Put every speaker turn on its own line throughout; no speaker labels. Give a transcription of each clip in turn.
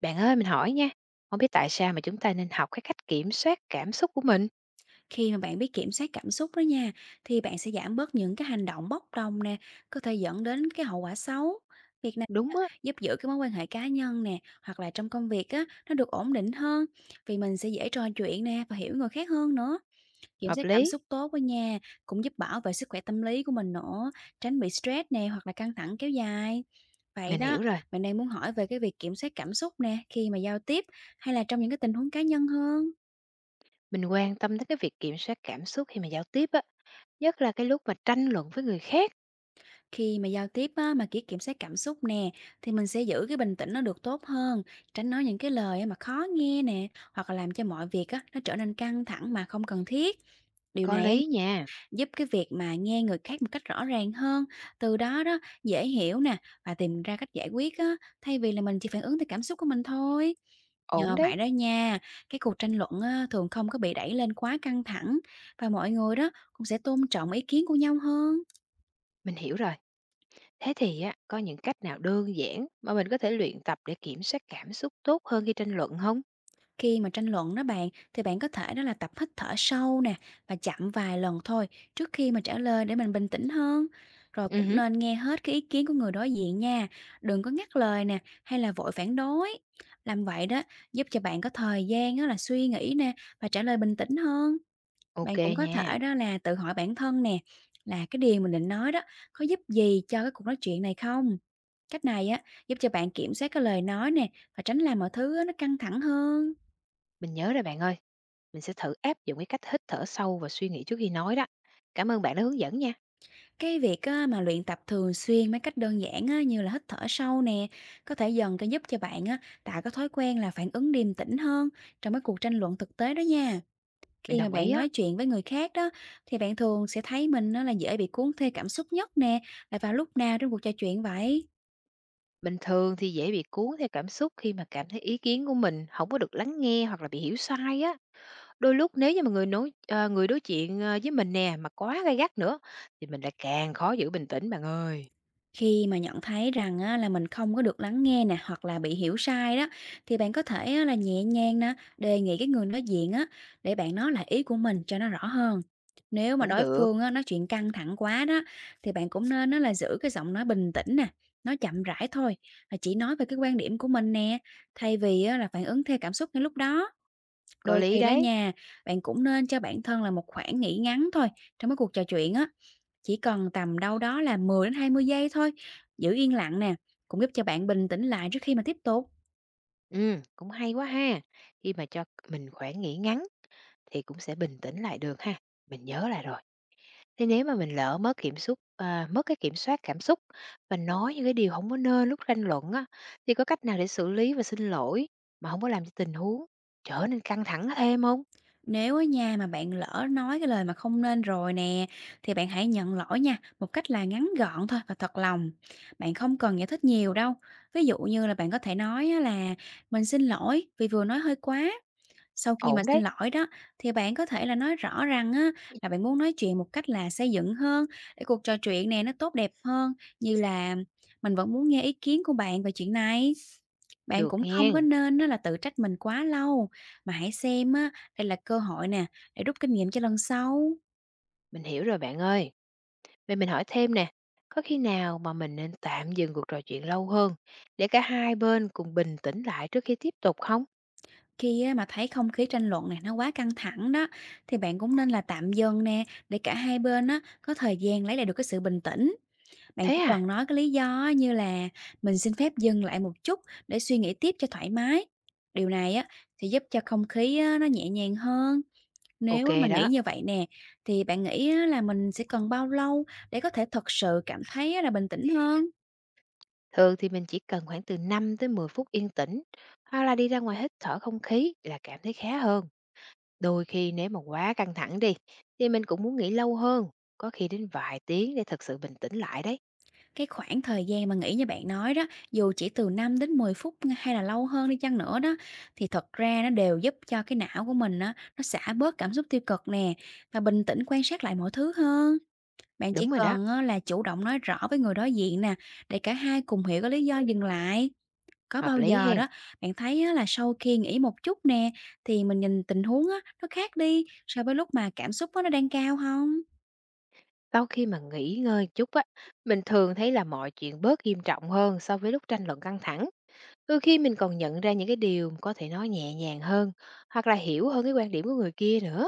Bạn ơi, mình hỏi nha, không biết tại sao mà chúng ta nên học cái cách kiểm soát cảm xúc của mình?
Khi mà bạn biết kiểm soát cảm xúc đó nha, thì bạn sẽ giảm bớt những cái hành động bốc đồng nè, có thể dẫn đến cái hậu quả xấu. Việc này
Đúng á,
giúp giữ cái mối quan hệ cá nhân nè, hoặc là trong công việc á, nó được ổn định hơn, vì mình sẽ dễ trò chuyện nè và hiểu người khác hơn nữa. Kiểm
hợp
soát cảm
lý,
xúc tốt đó nha, cũng giúp bảo vệ sức khỏe tâm lý của mình nữa, tránh bị stress nè hoặc là căng thẳng kéo dài. Vậy
mình
đó,
hiểu rồi.
bạn đang muốn hỏi về cái việc kiểm soát cảm xúc nè khi mà giao tiếp hay là trong những cái tình huống cá nhân hơn?
Mình quan tâm đến cái việc kiểm soát cảm xúc khi mà giao tiếp á, nhất là cái lúc mà tranh luận với người khác.
Khi mà giao tiếp á, mà kỹ kiểm soát cảm xúc nè thì mình sẽ giữ cái bình tĩnh nó được tốt hơn, tránh nói những cái lời á mà khó nghe nè hoặc là làm cho mọi việc á, nó trở nên căng thẳng mà không cần thiết. Điều
Có
này á,
lý nha,
giúp cái việc mà nghe người khác một cách rõ ràng hơn, từ đó đó dễ hiểu nè và tìm ra cách giải quyết á, thay vì là mình chỉ phản ứng theo cảm xúc của mình thôi.
ổn
Nhờ vậy
đấy,
đó nha, cái cuộc tranh luận á, thường không có bị đẩy lên quá căng thẳng và mọi người đó cũng sẽ tôn trọng ý kiến của nhau hơn.
mình hiểu rồi. Thế thì á, có những cách nào đơn giản mà mình có thể luyện tập để kiểm soát cảm xúc tốt hơn khi tranh luận không?
Khi mà tranh luận đó bạn, thì bạn có thể đó là tập hít thở sâu nè và chậm vài lần thôi trước khi mà trả lời để mình bình tĩnh hơn. Rồi
Ừ,
cũng
hứ,
nên nghe hết cái ý kiến của người đối diện nha, đừng có ngắt lời nè hay là vội phản đối. Làm vậy đó giúp cho bạn có thời gian đó là suy nghĩ nè và trả lời bình tĩnh hơn.
ok
Bạn cũng có
nha,
thể đó là tự hỏi bản thân nè là cái điều mình định nói đó có giúp gì cho cái cuộc nói chuyện này không? Cách này á giúp cho bạn kiểm soát cái lời nói nè và tránh làm mọi thứ á, nó căng thẳng hơn.
mình nhớ rồi bạn ơi. Mình sẽ thử áp dụng cái cách hít thở sâu và suy nghĩ trước khi nói đó. Cảm ơn bạn đã hướng dẫn nha.
Cái việc á, mà luyện tập thường xuyên mấy cách đơn giản á, như là hít thở sâu nè, có thể dần cái giúp cho bạn á, tạo cái thói quen là phản ứng điềm tĩnh hơn trong cái cuộc tranh luận thực tế đó nha.
Mình
Khi mà
đồng ý
bạn
á.
nói chuyện với người khác đó, thì bạn thường sẽ thấy mình nó là dễ bị cuốn theo cảm xúc nhất nè, là vào lúc nào trong cuộc trò chuyện vậy?
Bình thường thì dễ bị cuốn theo cảm xúc khi mà cảm thấy ý kiến của mình không có được lắng nghe hoặc là bị hiểu sai á. Đôi lúc nếu như mà người nói người đối chuyện với mình nè mà quá gay gắt nữa thì mình lại càng khó giữ bình tĩnh bạn ơi.
Khi mà nhận thấy rằng á, là mình không có được lắng nghe nè hoặc là bị hiểu sai đó thì bạn có thể á, là nhẹ nhàng nè đề nghị cái người đối diện á để bạn nói lại ý của mình cho nó rõ hơn. Nếu mà
Cũng
đối
được,
phương á, nói chuyện căng thẳng quá đó thì bạn cũng nên á, là giữ cái giọng nói bình tĩnh nè, nói chậm rãi thôi và chỉ nói về cái quan điểm của mình nè thay vì á, là phản ứng theo cảm xúc ngay lúc đó.
có
Đôi
lý
khi đó
đấy.
nha, bạn cũng nên cho bản thân là một khoảng nghỉ ngắn thôi trong cái cuộc trò chuyện á, chỉ cần tầm đâu đó là 10 đến 20 giây thôi, giữ yên lặng nè, cũng giúp cho bạn bình tĩnh lại trước khi mà tiếp tục.
Ừ, cũng hay quá ha. Khi mà cho mình khoảng nghỉ ngắn thì cũng sẽ bình tĩnh lại được ha. Mình nhớ lại rồi. Thế nếu mà mình lỡ mất cái kiểm soát cảm xúc và nói những cái điều không có nên lúc tranh luận á, thì có cách nào để xử lý và xin lỗi mà không có làm cho tình huống trở nên căng thẳng thêm không?
Nếu ở nhà mà bạn lỡ nói cái lời mà không nên rồi nè, thì bạn hãy nhận lỗi nha, một cách là ngắn gọn thôi và thật lòng. Bạn không cần giải thích nhiều đâu. Ví dụ như là bạn có thể nói á là, mình xin lỗi vì vừa nói hơi quá. Sau khi mà
Ổn
xin
đấy.
lỗi đó, thì bạn có thể là nói rõ rằng á, là bạn muốn nói chuyện một cách là xây dựng hơn để cuộc trò chuyện này nó tốt đẹp hơn, như là, mình vẫn muốn nghe ý kiến của bạn về chuyện này. Bạn
Được
cũng không
nghe,
có nên á, là tự trách mình quá lâu, mà hãy xem á, đây là cơ hội nè để rút kinh nghiệm cho lần sau.
mình hiểu rồi bạn ơi. Vậy mình hỏi thêm nè, có khi nào mà mình nên tạm dừng cuộc trò chuyện lâu hơn để cả hai bên cùng bình tĩnh lại trước khi tiếp tục không?
Khi á, mà thấy không khí tranh luận này nó quá căng thẳng đó, thì bạn cũng nên là tạm dừng nè để cả hai bên á, có thời gian lấy lại được cái sự bình tĩnh. Bạn
Thế
chỉ
à?
cần nói cái lý do như là, "Mình xin phép dừng lại một chút để suy nghĩ tiếp cho thoải mái." Điều này á, thì giúp cho không khí á, nó nhẹ nhàng hơn.
Ok
Nếu á mà nghĩ
đó.
như vậy nè, thì bạn nghĩ á là mình sẽ cần bao lâu để có thể thật sự cảm thấy á là bình tĩnh hơn?
Thường thì mình chỉ cần khoảng từ 5 tới 10 phút yên tĩnh, hoặc là đi ra ngoài hít thở không khí là cảm thấy khá hơn. Đôi khi nếu mà quá căng thẳng đi thì mình cũng muốn nghỉ lâu hơn, có khi đến vài tiếng để thực sự bình tĩnh lại đấy.
Cái khoảng thời gian mà nghỉ như bạn nói đó, dù chỉ từ 5 đến 10 phút hay là lâu hơn đi chăng nữa đó, thì thật ra nó đều giúp cho cái não của mình á, nó xả bớt cảm xúc tiêu cực nè, và bình tĩnh quan sát lại mọi thứ hơn. Bạn chỉ
Đúng rồi đó,
cần á là chủ động nói rõ với người đối diện nè, để cả hai cùng hiểu cái lý do dừng lại. Có
hợp
bao
lý
giờ
hen.
đó, bạn thấy á là sau khi nghỉ một chút nè, thì mình nhìn tình huống á, nó khác đi so với lúc mà cảm xúc á, nó đang cao không?
Sau khi mà nghỉ ngơi chút á, mình thường thấy là mọi chuyện bớt nghiêm trọng hơn so với lúc tranh luận căng thẳng. Đôi khi mình còn nhận ra những cái điều có thể nói nhẹ nhàng hơn hoặc là hiểu hơn cái quan điểm của người kia nữa.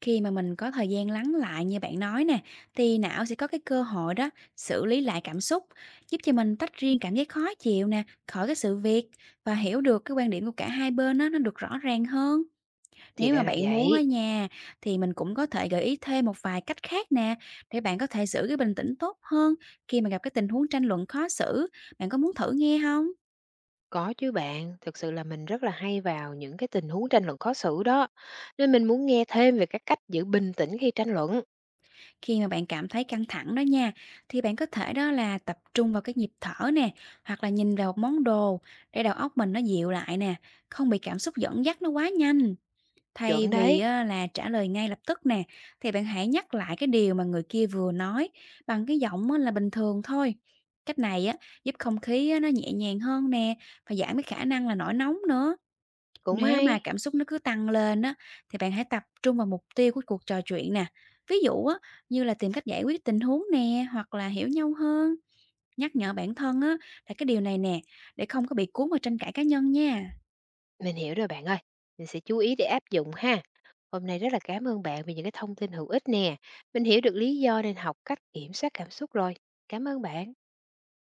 Khi mà mình có thời gian lắng lại như bạn nói nè, thì não sẽ có cái cơ hội đó xử lý lại cảm xúc, giúp cho mình tách riêng cảm giác khó chịu nè, khỏi cái sự việc và hiểu được cái quan điểm của cả hai bên á, nó được rõ ràng hơn.
Thì
Nếu mà
ra là
bạn
vậy.
muốn ở nhà thì mình cũng có thể gợi ý thêm một vài cách khác nè, để bạn có thể giữ cái bình tĩnh tốt hơn khi mà gặp cái tình huống tranh luận khó xử. Bạn có muốn thử nghe không?
Có chứ bạn, thực sự là mình rất là hay vào những cái tình huống tranh luận khó xử đó. Nên mình muốn nghe thêm về các cách giữ bình tĩnh khi tranh luận.
Khi mà bạn cảm thấy căng thẳng đó nha, thì bạn có thể đó là tập trung vào cái nhịp thở nè, hoặc là nhìn vào một món đồ để đầu óc mình nó dịu lại nè, không bị cảm xúc dẫn dắt nó quá nhanh. Thay
Chuẩn
vì
đấy.
á là trả lời ngay lập tức nè, thì bạn hãy nhắc lại cái điều mà người kia vừa nói bằng cái giọng á là bình thường thôi. Cách này á giúp không khí á nó nhẹ nhàng hơn nè và giảm cái khả năng là nổi nóng nữa.
Cũng
Nếu mà
hay,
cảm xúc nó cứ tăng lên á thì bạn hãy tập trung vào mục tiêu của cuộc trò chuyện nè. Ví dụ á như là, tìm cách giải quyết tình huống nè hoặc là hiểu nhau hơn. Nhắc nhở bản thân á là cái điều này nè để không có bị cuốn vào tranh cãi cá nhân nha.
mình hiểu rồi bạn ơi, mình sẽ chú ý để áp dụng ha. Hôm nay rất là cảm ơn bạn vì những cái thông tin hữu ích nè. Mình hiểu được lý do nên học cách kiểm soát cảm xúc rồi. Cảm ơn bạn.